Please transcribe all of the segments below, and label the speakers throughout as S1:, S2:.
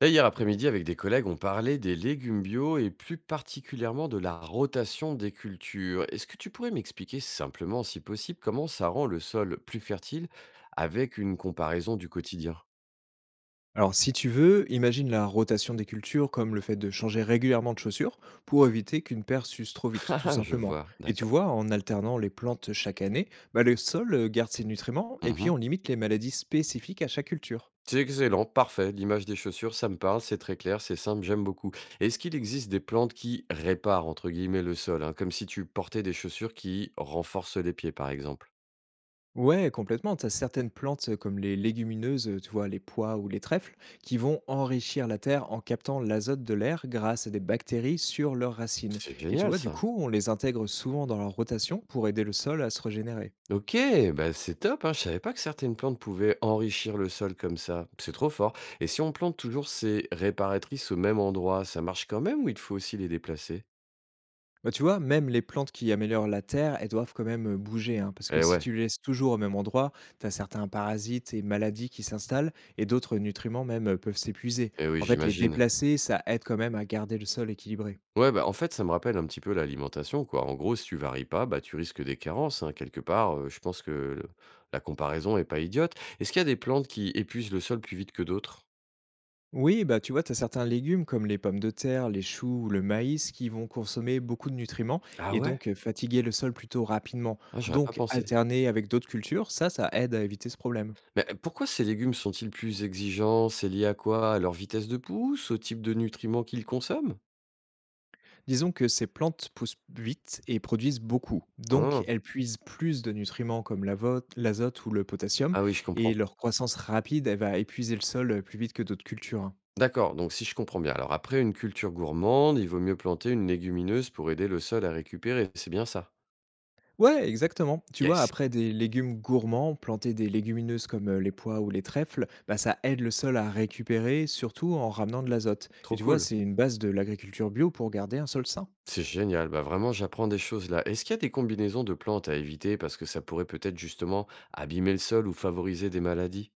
S1: Là, hier après-midi, avec des collègues, on parlait des légumes bio et plus particulièrement de la rotation des cultures. Est-ce que tu pourrais m'expliquer simplement, si possible, comment ça rend le sol plus fertile avec une comparaison du quotidien?
S2: Alors, si tu veux, imagine la rotation des cultures comme le fait de changer régulièrement de chaussures pour éviter qu'une paire s'use trop vite, tout
S1: Ah, je
S2: simplement.
S1: vois,
S2: Et tu
S1: d'accord.
S2: vois, en alternant les plantes chaque année, bah, le sol garde ses nutriments et puis
S1: Mhm.
S2: on limite les maladies spécifiques à chaque culture.
S1: C'est excellent, parfait. L'image des chaussures, ça me parle, c'est très clair, c'est simple, j'aime beaucoup. Est-ce qu'il existe des plantes qui réparent, entre guillemets, le sol, hein, comme si tu portais des chaussures qui renforcent les pieds, par exemple?
S2: Ouais, complètement. Tu as certaines plantes comme les légumineuses, tu vois, les pois ou les trèfles, qui vont enrichir la terre en captant l'azote de l'air grâce à des bactéries sur leurs racines.
S1: C'est
S2: Et tu
S1: génial,
S2: vois, du
S1: ça.
S2: coup, on les intègre souvent dans leur rotation pour aider le sol à se régénérer.
S1: OK, bah, c'est top, hein. Je savais pas que certaines plantes pouvaient enrichir le sol comme ça. C'est trop fort. Et si on plante toujours ces réparatrices au même endroit, ça marche quand même ou il faut aussi les déplacer?
S2: Bah, tu vois, même les plantes qui améliorent la terre, elles doivent quand même, bouger, hein, parce que
S1: Eh
S2: si tu
S1: ouais,
S2: les laisses toujours au même endroit, tu as certains parasites et maladies qui s'installent et d'autres nutriments même, peuvent s'épuiser.
S1: eh oui,
S2: En fait, les
S1: j'imagine.
S2: déplacer, ça aide quand même à garder le sol équilibré.
S1: Ouais, bah en fait, ça me rappelle un petit peu l'alimentation, quoi. En gros, si tu varies pas, bah tu risques des carences, hein. Quelque part, je pense que la comparaison est pas idiote. Est-ce qu'il y a des plantes qui épuisent le sol plus vite que d'autres?
S2: Oui, bah, tu vois, tu as certains légumes comme les pommes de terre, les choux ou le maïs qui vont consommer beaucoup de nutriments
S1: Ah
S2: et
S1: ouais?
S2: donc, fatiguer le sol plutôt rapidement.
S1: Ah, j'aurais pas
S2: Donc
S1: pensé.
S2: alterner avec d'autres cultures, ça aide à éviter ce problème.
S1: Mais, pourquoi ces légumes sont-ils plus exigeants? C'est lié à quoi? À leur vitesse de pousse? Au type de nutriments qu'ils consomment?
S2: Disons que ces plantes poussent vite et produisent beaucoup, donc
S1: Hein.
S2: elles puisent plus de nutriments comme l'azote ou le potassium,
S1: Ah oui, je
S2: et
S1: comprends.
S2: leur croissance rapide, elle va épuiser le sol plus vite que d'autres cultures, hein.
S1: D'accord, donc si je comprends bien, alors après une culture gourmande, il vaut mieux planter une légumineuse pour aider le sol à récupérer, c'est bien ça?
S2: Ouais, exactement. Tu vois,
S1: Yes.
S2: après des légumes gourmands, planter des légumineuses comme les pois ou les trèfles, bah, ça aide le sol à récupérer, surtout en ramenant de l'azote. Et
S1: Trop
S2: tu vois,
S1: cool.
S2: c'est une base de l'agriculture bio pour garder un sol sain.
S1: C'est génial, bah, vraiment j'apprends des choses là. Est-ce qu'il y a des combinaisons de plantes à éviter parce que ça pourrait peut-être justement abîmer le sol ou favoriser des maladies?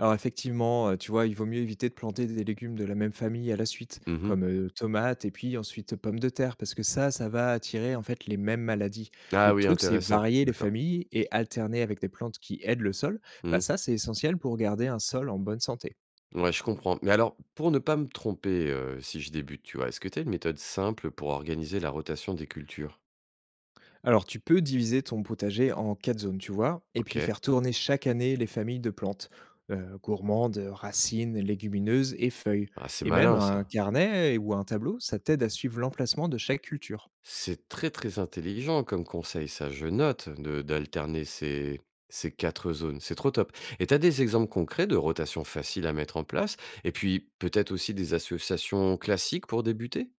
S2: Alors effectivement, tu vois, il vaut mieux éviter de planter des légumes de la même famille à la suite,
S1: Mmh.
S2: comme, tomates et puis ensuite pommes de terre, parce que ça va attirer en fait les mêmes maladies. Le
S1: Ah oui,
S2: truc, c'est
S1: intéressant.
S2: varier les
S1: D'accord.
S2: familles et alterner avec des plantes qui aident le sol. Bah,
S1: Mmh.
S2: ça, c'est essentiel pour garder un sol en bonne santé.
S1: Ouais, je comprends. Mais alors, pour ne pas me tromper, si je débute, tu vois, est-ce que tu as une méthode simple pour organiser la rotation des cultures?
S2: Alors tu peux diviser ton potager en 4 zones, tu vois, et puis
S1: OK.
S2: faire tourner chaque année les familles de plantes, gourmandes, racines, légumineuses et feuilles.
S1: Ah, c'est
S2: Et même
S1: malin
S2: un
S1: ça.
S2: carnet ou un tableau, ça t'aide à suivre l'emplacement de chaque culture.
S1: C'est très, très intelligent comme conseil ça, je note de d'alterner ces ces 4 zones, c'est trop top. Et tu as des exemples concrets de rotation facile à mettre en place? Et puis peut-être aussi des associations classiques pour débuter?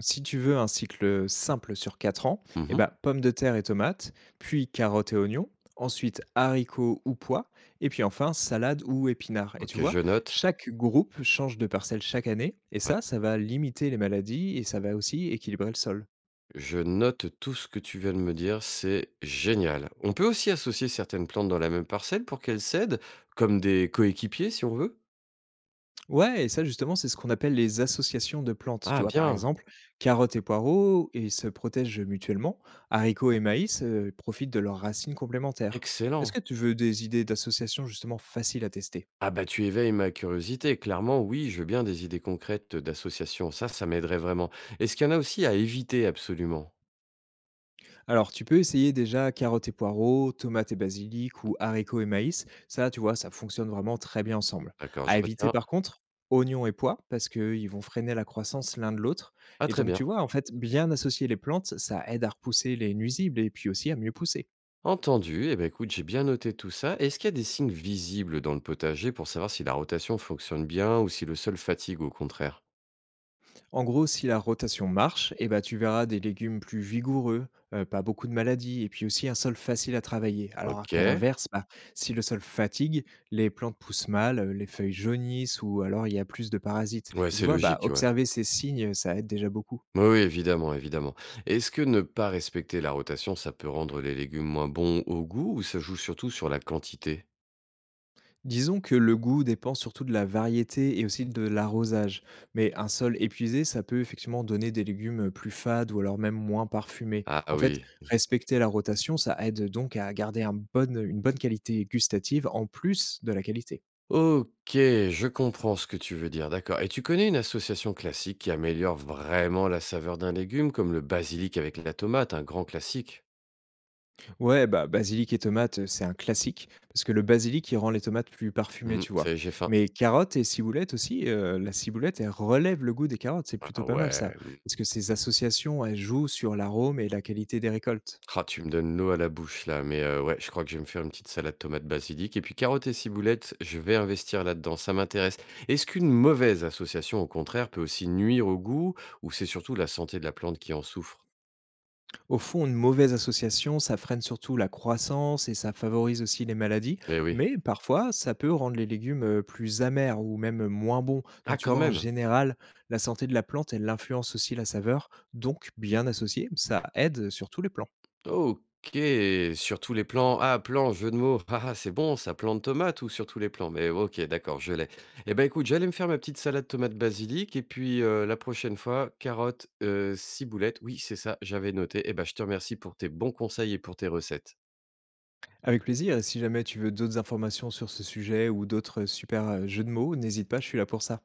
S2: Si tu veux un cycle simple sur 4 ans, eh
S1: Mmh.
S2: ben, pommes de terre et tomates, puis carottes et oignons, ensuite haricots ou pois, et puis enfin salade ou épinards. Et tu
S1: OK,
S2: vois,
S1: je note.
S2: chaque groupe change de parcelle chaque année, et
S1: Ouais.
S2: ça va limiter les maladies et ça va aussi équilibrer le sol.
S1: Je note tout ce que tu viens de me dire, c'est génial. On peut aussi associer certaines plantes dans la même parcelle pour qu'elles s'aident, comme des coéquipiers si on veut.
S2: Ouais, et ça justement, c'est ce qu'on appelle les associations de plantes. Tu
S1: Ah
S2: vois, par
S1: bien,
S2: exemple, carottes et poireaux, ils se protègent mutuellement, haricots et maïs profitent de leurs racines complémentaires. Est-ce
S1: excellent.
S2: que tu veux des idées d'associations justement faciles à tester?
S1: Ah bah tu éveilles ma curiosité, clairement oui, je veux bien des idées concrètes d'associations, ça m'aiderait vraiment. Est-ce qu'il y en a aussi à éviter absolument?
S2: Alors, tu peux essayer déjà carottes et poireaux, tomates et basilic ou haricots et maïs. Ça, tu vois, ça fonctionne vraiment très bien ensemble.
S1: D'accord,
S2: À
S1: je
S2: éviter,
S1: retiens.
S2: par contre, oignons et pois, parce qu'ils vont freiner la croissance l'un de l'autre.
S1: Ah
S2: Et
S1: très
S2: donc, tu
S1: bien.
S2: vois, en fait, bien associer les plantes, ça aide à repousser les nuisibles et puis aussi à mieux pousser.
S1: Entendu, eh ben écoute, j'ai bien noté tout ça. Est-ce qu'il y a des signes visibles dans le potager pour savoir si la rotation fonctionne bien ou si le sol fatigue au contraire?
S2: En gros, si la rotation marche, eh ben, tu verras des légumes plus vigoureux, pas beaucoup de maladies et puis aussi un sol facile à travailler. Alors
S1: Ok.
S2: qu'à l'inverse, bah, si le sol fatigue, les plantes poussent mal, les feuilles jaunissent ou alors il y a plus de parasites
S1: Ouais,
S2: et tu
S1: c'est
S2: vois, bah,
S1: logique, ouais.
S2: observer ces signes, ça aide déjà beaucoup.
S1: Oui, oui, évidemment, évidemment. Est-ce que ne pas respecter la rotation, ça peut rendre les légumes moins bons au goût ou ça joue surtout sur la quantité?
S2: Disons que le goût dépend surtout de la variété et aussi de l'arrosage. Mais un sol épuisé, ça peut effectivement donner des légumes plus fades ou alors même moins parfumés.
S1: Ah ah
S2: En fait,
S1: oui.
S2: respecter la rotation, ça aide donc à garder une bonne qualité gustative en plus de la qualité.
S1: Ok, je comprends ce que tu veux dire, d'accord. Et tu connais une association classique qui améliore vraiment la saveur d'un légume, comme le basilic avec la tomate, un grand classique?
S2: Ouais, bah basilic et tomates, c'est un classique parce que le basilic, il rend les tomates plus parfumées,
S1: Hmm,
S2: tu
S1: ça
S2: vois.
S1: y est, j'ai faim.
S2: Mais carottes et ciboulette aussi, la ciboulette, elle relève le goût des carottes, c'est plutôt
S1: Ah
S2: pas mal ça.
S1: ouais.
S2: Parce que ces associations, elles jouent sur l'arôme et la qualité des récoltes.
S1: Ah, tu me donnes l'eau à la bouche là, mais ouais, je crois que je vais me faire une petite salade tomate basilic et puis carottes et ciboulette, je vais investir là-dedans, ça m'intéresse. Est-ce qu'une mauvaise association, au contraire, peut aussi nuire au goût ou c'est surtout la santé de la plante qui en souffre?
S2: Au fond, une mauvaise association, ça freine surtout la croissance et ça favorise aussi les maladies,
S1: Eh oui.
S2: mais parfois, ça peut rendre les légumes plus amers ou même moins bons. Donc
S1: Ah,
S2: tu
S1: quand
S2: vois, en
S1: même!
S2: général, la santé de la plante, elle influence aussi la saveur, donc bien associée, ça aide sur tous les plans.
S1: OK, sur tous les plans. Ah, plan, jeu de mots. Ah, ah, c'est bon ça, plan de tomate ou sur tous les plans? Mais OK, d'accord, je l'ai. Eh ben, écoute, j'allais me faire ma petite salade tomate basilic et puis, la prochaine fois, carottes, ciboulette. Oui, c'est ça, j'avais noté. Eh ben, je te remercie pour tes bons conseils et pour tes recettes.
S2: Avec plaisir, et si jamais tu veux d'autres informations sur ce sujet ou d'autres super jeux de mots, n'hésite pas, je suis là pour ça.